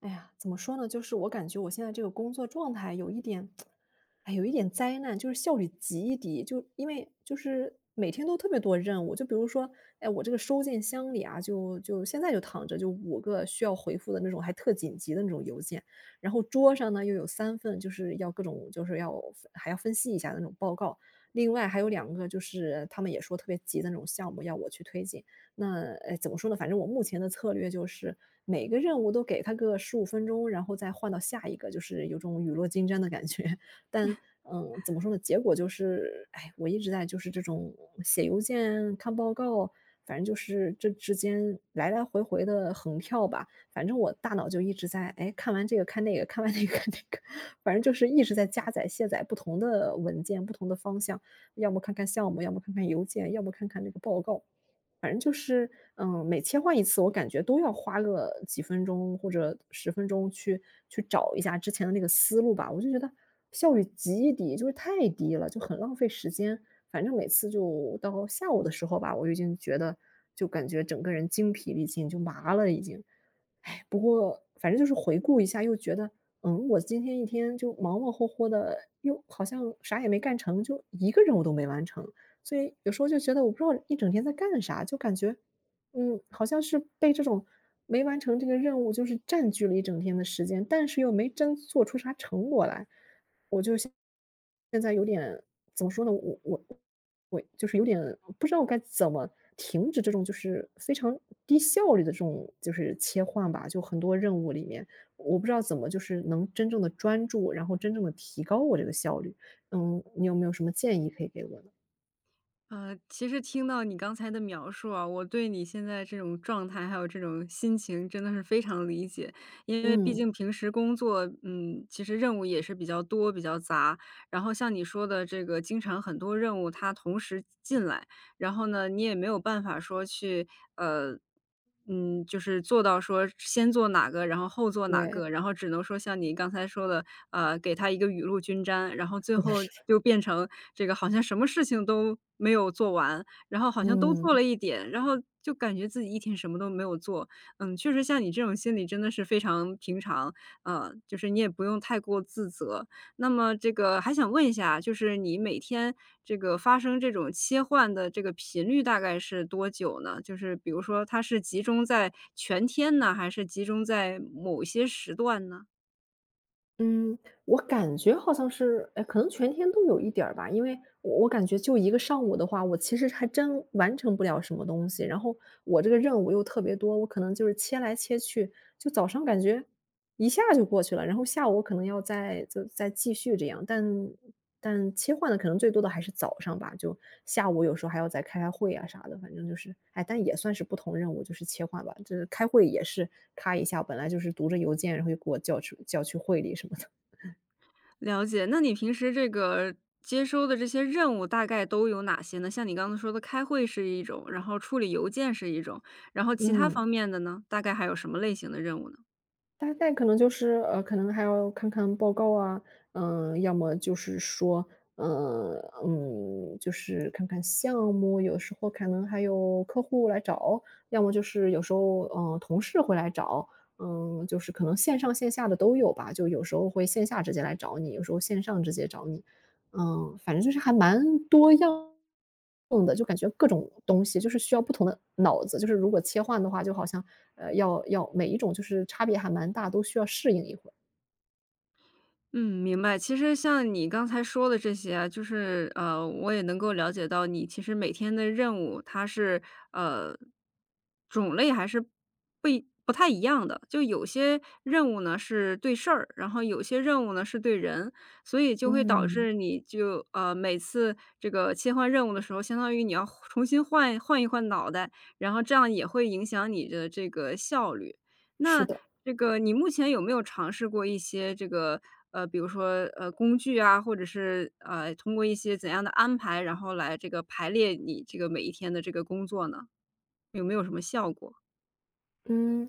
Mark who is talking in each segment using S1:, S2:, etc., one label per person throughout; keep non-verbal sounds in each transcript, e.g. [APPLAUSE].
S1: 哎呀，怎么说呢？就是我感觉我现在这个工作状态有一点，哎，有一点灾难，就是效率极低。就因为就是每天都特别多任务，就比如说，哎，我这个收件箱里啊，就现在就躺着就5个需要回复的那种还特紧急的那种邮件，然后桌上呢又有3份，就是要各种就是还要分析一下的那种报告，另外还有2个就是他们也说特别急的那种项目要我去推进。那，哎，怎么说呢？反正我目前的策略就是，每个任务都给他个十五分钟，然后再换到下一个，就是有种雨落金沾的感觉。[LAUGHS] 但，嗯，怎么说呢？结果就是，哎，我一直在就是这种写邮件、看报告，反正就是这之间来来回回的横跳吧。反正我大脑就一直在，哎，看完这个看那个，看完那个看那个，反正就是一直在加载、卸载不同的文件、不同的方向，要么看看项目，要么看看邮件，要么看看那个报告。反正就是，嗯，每切换一次，我感觉都要花个几分钟或者10分钟去找一下之前的那个思路吧。我就觉得效率极低，就是太低了，就很浪费时间。反正每次就到下午的时候吧，我已经觉得就感觉整个人精疲力尽，就麻了已经。哎，不过反正就是回顾一下，又觉得，嗯，我今天一天就忙忙活活的，又好像啥也没干成，就一个任务都没完成。所以有时候就觉得我不知道一整天在干啥，就感觉，嗯，好像是被这种没完成这个任务就是占据了一整天的时间，但是又没真做出啥成果来。我就现在有点怎么说呢？我就是有点不知道该怎么停止这种就是非常低效率的这种就是切换吧。就很多任务里面，我不知道怎么就是能真正的专注，然后真正的提高我这个效率。嗯，你有没有什么建议可以给我呢？
S2: 其实听到你刚才的描述啊，我对你现在这种状态，还有这种心情真的是非常理解。因为毕
S1: 嗯，
S2: 竟平时工作，其实任务也是比较多、比较杂。然后像你说的这个，经常很多任务它同时进来，然后呢，你也没有办法说去呃，就是做到说先做哪个，然后后做哪
S1: 对，
S2: 个，然后只能说像你刚才说的，给他一个雨露均沾，然后最
S1: 是的，
S2: 后
S1: 是的。
S2: 就变成这个好像什么事情都没有做完，然后好像都做
S1: 嗯，
S2: 了一点，然后就感觉自己一天什么都没有做。嗯，确实像你这种心理真的是非常平常，就是你也不用太过自责。那么这个还想问一下，就是你每天这个发生这种切换的这个频率大概是多久呢？就是比如说它是集中在全天呢，还是集中在某些时段呢？
S1: 嗯，我感觉好像是，哎，可能全天都有一点儿吧，因为我感觉就一个上午的话，我其实还真完成不了什么东西，然后我这个任务又特别多，我可能就是切来切去，就早上感觉一下就过去了，然后下午我可能要再继续这样，但切换的可能最多的还是早上吧，就下午有时候还要再开开会啊啥的，反正就是，哎，但也算是不同任务，就是切换吧。就是开会也是咔一下，本来就是读着邮件，然后又给我叫去会里什么的。
S2: 了解，那你平时这个接收的这些任务大概都有哪些呢？像你刚才说的开会是一种，然后处理邮件是一种，然后
S1: [LAUGHS]
S2: 其他方
S1: 嗯。
S2: 面的呢，大概还有什么类型的任务呢？
S1: 大概可能就是，可能还要看看报告啊，嗯，要么就是说，嗯就是看看项目，有时候可能还有客户来找，要么就是有时候，嗯，同事会来找，嗯，就是可能线上线下的都有吧，就有时候会线下直接来找你，有时候线上直接找你。嗯，反正就是还蛮多样的，就感觉各种东西就是需要不同的脑子，就是如果切换的话，就好像，要每一种就是差别还蛮大，都需要适应一会儿。
S2: 嗯，明白。其实像你刚才说的这些啊，就是我也能够了解到你其实每天的任务，它是呃种类还是不太一样的。就有些任务呢是对事儿，然后有些任务呢是对人，所以就会导
S1: 嗯，
S2: 致你就每次这个切换任务的时候，相当于你要重新换一换脑袋，然后这样也会影响你的这个效率。
S1: 是
S2: 那
S1: 的。
S2: 这个你目前有没有尝试过一些这个，比如说，工具啊，或者是，通过一些怎样的安排，然后来这个排列你这个每一天的这个工作呢？有没有什么效果？
S1: 嗯，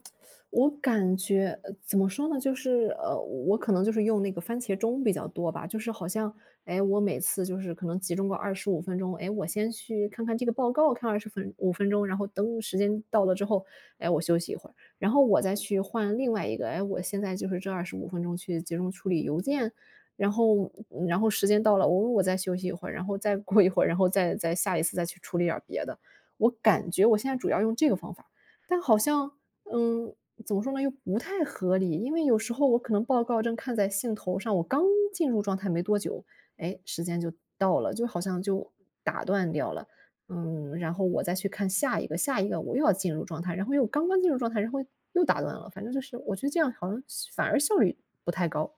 S1: 我感觉怎么说呢，就是我可能就是用那个番茄钟比较多吧，就是好像，哎，我每次就是可能集中个二十五分钟，哎，我先去看看这个报告，看二十分五分钟，然后等时间到了之后，哎，我休息一会儿，然后我再去换另外一个，哎，我现在就是这二十五分钟去集中处理邮件，然后嗯然后时间到了，我再休息一会儿，然后再过一会儿，然后再下一次再去处理点儿别的，我感觉我现在主要用这个方法。但好像嗯，怎么说呢，又不太合理。因为有时候我可能报告正看在兴头上，我刚进入状态没多久，哎，时间就到了，就好像就打断掉了。嗯，然后我再去看下一个，下一个我又要进入状态，然后又刚刚进入状态，然后又打断了。反正就是我觉得这样好像反而效率不太高。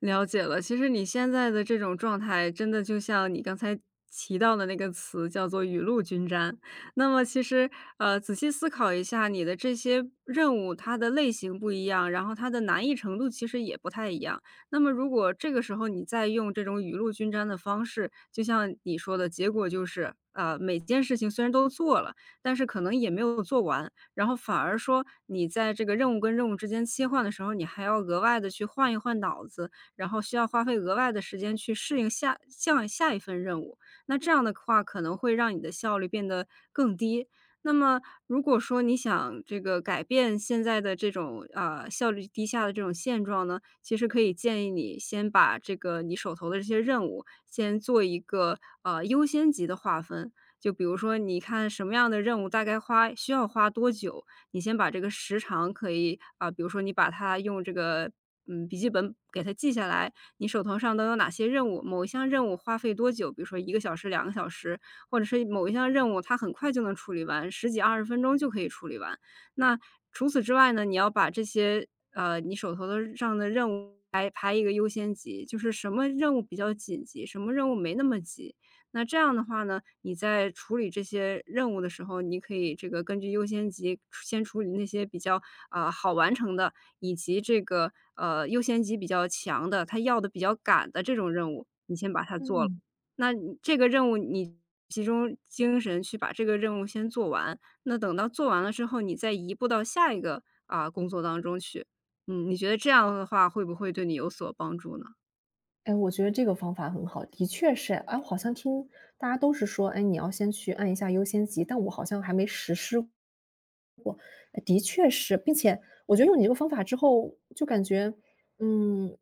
S2: 了解了，其实你现在的这种状态，真的就像你刚才提到的那个词，叫做雨露均沾。那么其实，仔细思考一下，你的这些任务，它的类型不一样，然后它的难易程度其实也不太一样。那么如果这个时候你再用这种雨露均沾的方式，就像你说的，结果就是。呃，每件事情虽然都做了，但是可能也没有做完，然后反而说你在这个任务跟任务之间切换的时候，你还要额外的去换一换脑子，然后需要花费额外的时间去适应下一份任务。那这样的话可能会让你的效率变得更低。那么如果说你想这个改变现在的这种，效率低下的这种现状呢，其实可以建议你先把这个你手头的这些任务先做一个，优先级的划分。就比如说你看什么样的任务大概花需要花多久，你先把这个时长可以啊，比如说你把它用这个嗯，笔记本给它记下来，你手头上都有哪些任务，某一项任务花费多久，比如说一个小时、两个小时，或者是某一项任务它很快就能处理完十几二十分钟就可以处理完。那除此之外呢，你要把这些，你手头的上的任务排一个优先级，就是什么任务比较紧急，什么任务没那么急。那这样的话呢，你在处理这些任务的时候，你可以这个根据优先级先处理那些比较，啊好完成的，以及这个优先级比较强的，他要的比较赶的这种任务，你先把它做了。
S1: 嗯，
S2: 那你这个任务你集中精神去把这个任务先做完，那等到做完了之后，你再移步到下一个啊、工作当中去。嗯，你觉得这样的话会不会对你有所帮助呢？
S1: 哎，我觉得这个方法很好，的确是。哎，我好像听大家都是说，哎，你要先去按一下优先级，但我好像还没实施的确是，并且我觉得用你这个方法之后，就感觉，嗯，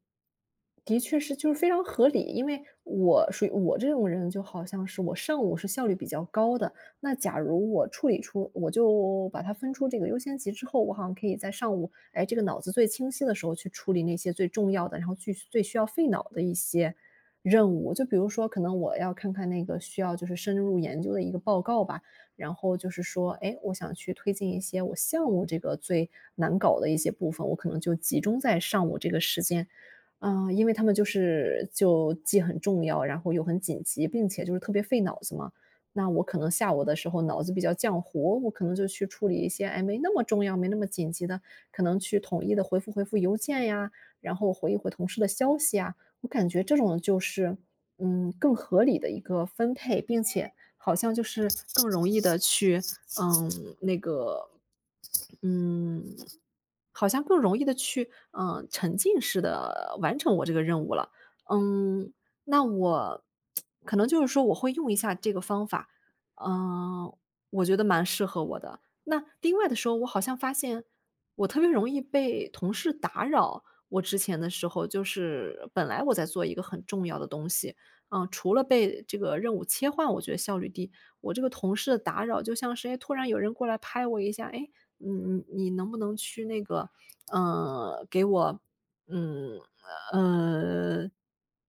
S1: 的确是就是非常合理。因为我属于我这种人，就好像是我上午是效率比较高的，那假如我处理出，我就把它分出这个优先级之后，我好像可以在上午，哎，这个脑子最清晰的时候去处理那些最重要的，然后最最需要费脑的一些任务。就比如说，可能我要看看那个需要就是深入研究的一个报告吧。然后就是说，哎，我想去推进一些我项目这个最难搞的一些部分，我可能就集中在上午这个时间。啊，因为他们就是就既很重要，然后又很紧急，并且就是特别费脑子嘛。那我可能下午的时候脑子比较浆糊，我可能就去处理一些哎没那么重要、没那么紧急的，可能去统一的回复回复邮件呀，然后回一回同事的消息啊。我感觉这种就是嗯更合理的一个分配，并且好像就是更容易的去，嗯，那个，嗯，好像更容易的去，嗯，沉浸式的完成我这个任务了。嗯，那我可能就是说我会用一下这个方法，嗯，我觉得蛮适合我的。那另外的时候，我好像发现我特别容易被同事打扰。我之前的时候就是本来我在做一个很重要的东西，嗯，除了被这个任务切换，我觉得效率低，我这个同事的打扰就像是，哎，突然有人过来拍我一下，哎，嗯，你能不能去那个，嗯，给我，嗯，呃，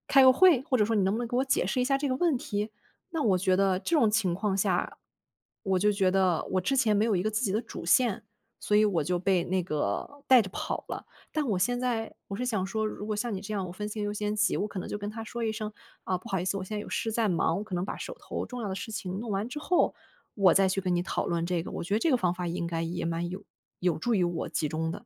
S1: 开个会，或者说你能不能给我解释一下这个问题？那我觉得这种情况下我就觉得我之前没有一个自己的主线，所以我就被那个带着跑了。但我现在我是想说，如果像你这样，我分心优先级，我可能就跟他说一声啊，不好意思，我现在有事在忙，我可能把手头重要的事情弄完之后，我再去跟你讨论这个。我觉得这个方法应该也蛮有助于我集中的。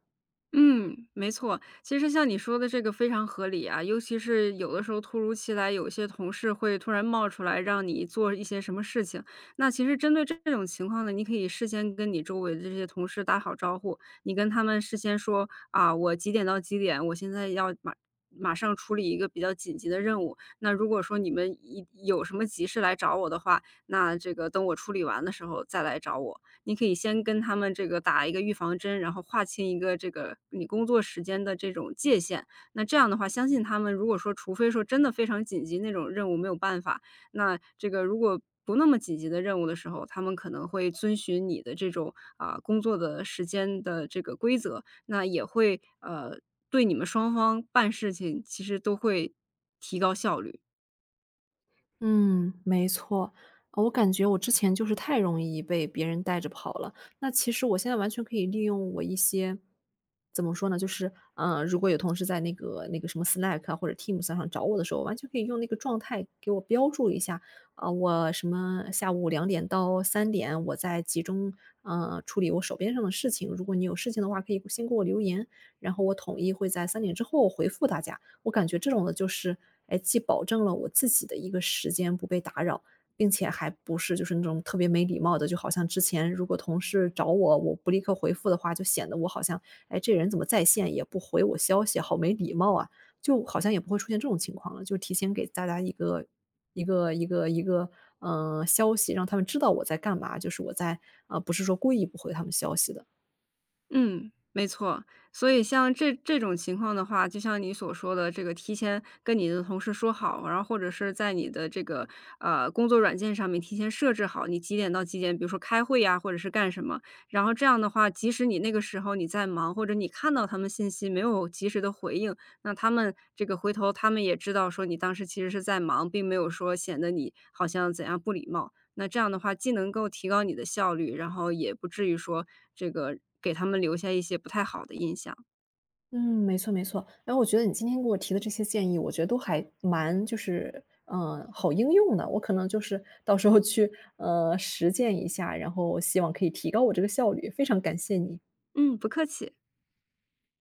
S2: 嗯，没错。其实像你说的这个非常合理啊，尤其是有的时候突如其来，有一些同事会突然冒出来让你做一些什么事情。那其实针对这种情况呢，你可以事先跟你周围的这些同事打好招呼，你跟他们事先说啊，我几点到几点，我现在要马上处理一个比较紧急的任务。那如果说你们一有什么急事来找我的话，那这个等我处理完的时候再来找我。你可以先跟他们这个打一个预防针，然后划清一个这个你工作时间的这种界限。那这样的话，相信他们如果说除非说真的非常紧急那种任务没有办法，那这个如果不那么紧急的任务的时候，他们可能会遵循你的这种，啊，工作的时间的这个规则，那也会，对你们双方办事情其实都会提高效率。
S1: 嗯，没错。我感觉我之前就是太容易被别人带着跑了。那其实我现在完全可以利用我一些怎么说呢，就是，如果有同事在那个什么 Slack 啊，或者 Teams 上找我的时候，完全可以用那个状态给我标注一下，啊，我什么下午2点到3点我在集中，处理我手边上的事情，如果你有事情的话，可以先给我留言，然后我统一会在三点之后回复大家。我感觉这种的就是，哎，既保证了我自己的一个时间不被打扰，并且还不是就是那种特别没礼貌的，就好像之前如果同事找我，我不立刻回复的话，就显得我好像，哎，这人怎么在线也不回我消息，好没礼貌啊，就好像也不会出现这种情况了，就提前给大家一个嗯，消息，让他们知道我在干嘛，就是我在啊，不是说故意不回他们消息的。
S2: 嗯，没错。所以像这种情况的话，就像你所说的这个提前跟你的同事说好，然后或者是在你的这个，工作软件上面提前设置好，你几点到几点，比如说开会呀，或者是干什么。然后这样的话，即使你那个时候你在忙，或者你看到他们信息没有及时的回应，那他们这个回头他们也知道说你当时其实是在忙，并没有说显得你好像怎样不礼貌。那这样的话，既能够提高你的效率，然后也不至于说这个给他们留下一些不太好的印象。
S1: 嗯，没错没错。然后我觉得你今天给我提的这些建议，我觉得都还蛮就是，嗯好应用的。我可能就是到时候去，实践一下，然后希望可以提高我这个效率，非常感谢你。
S2: 嗯，不客气。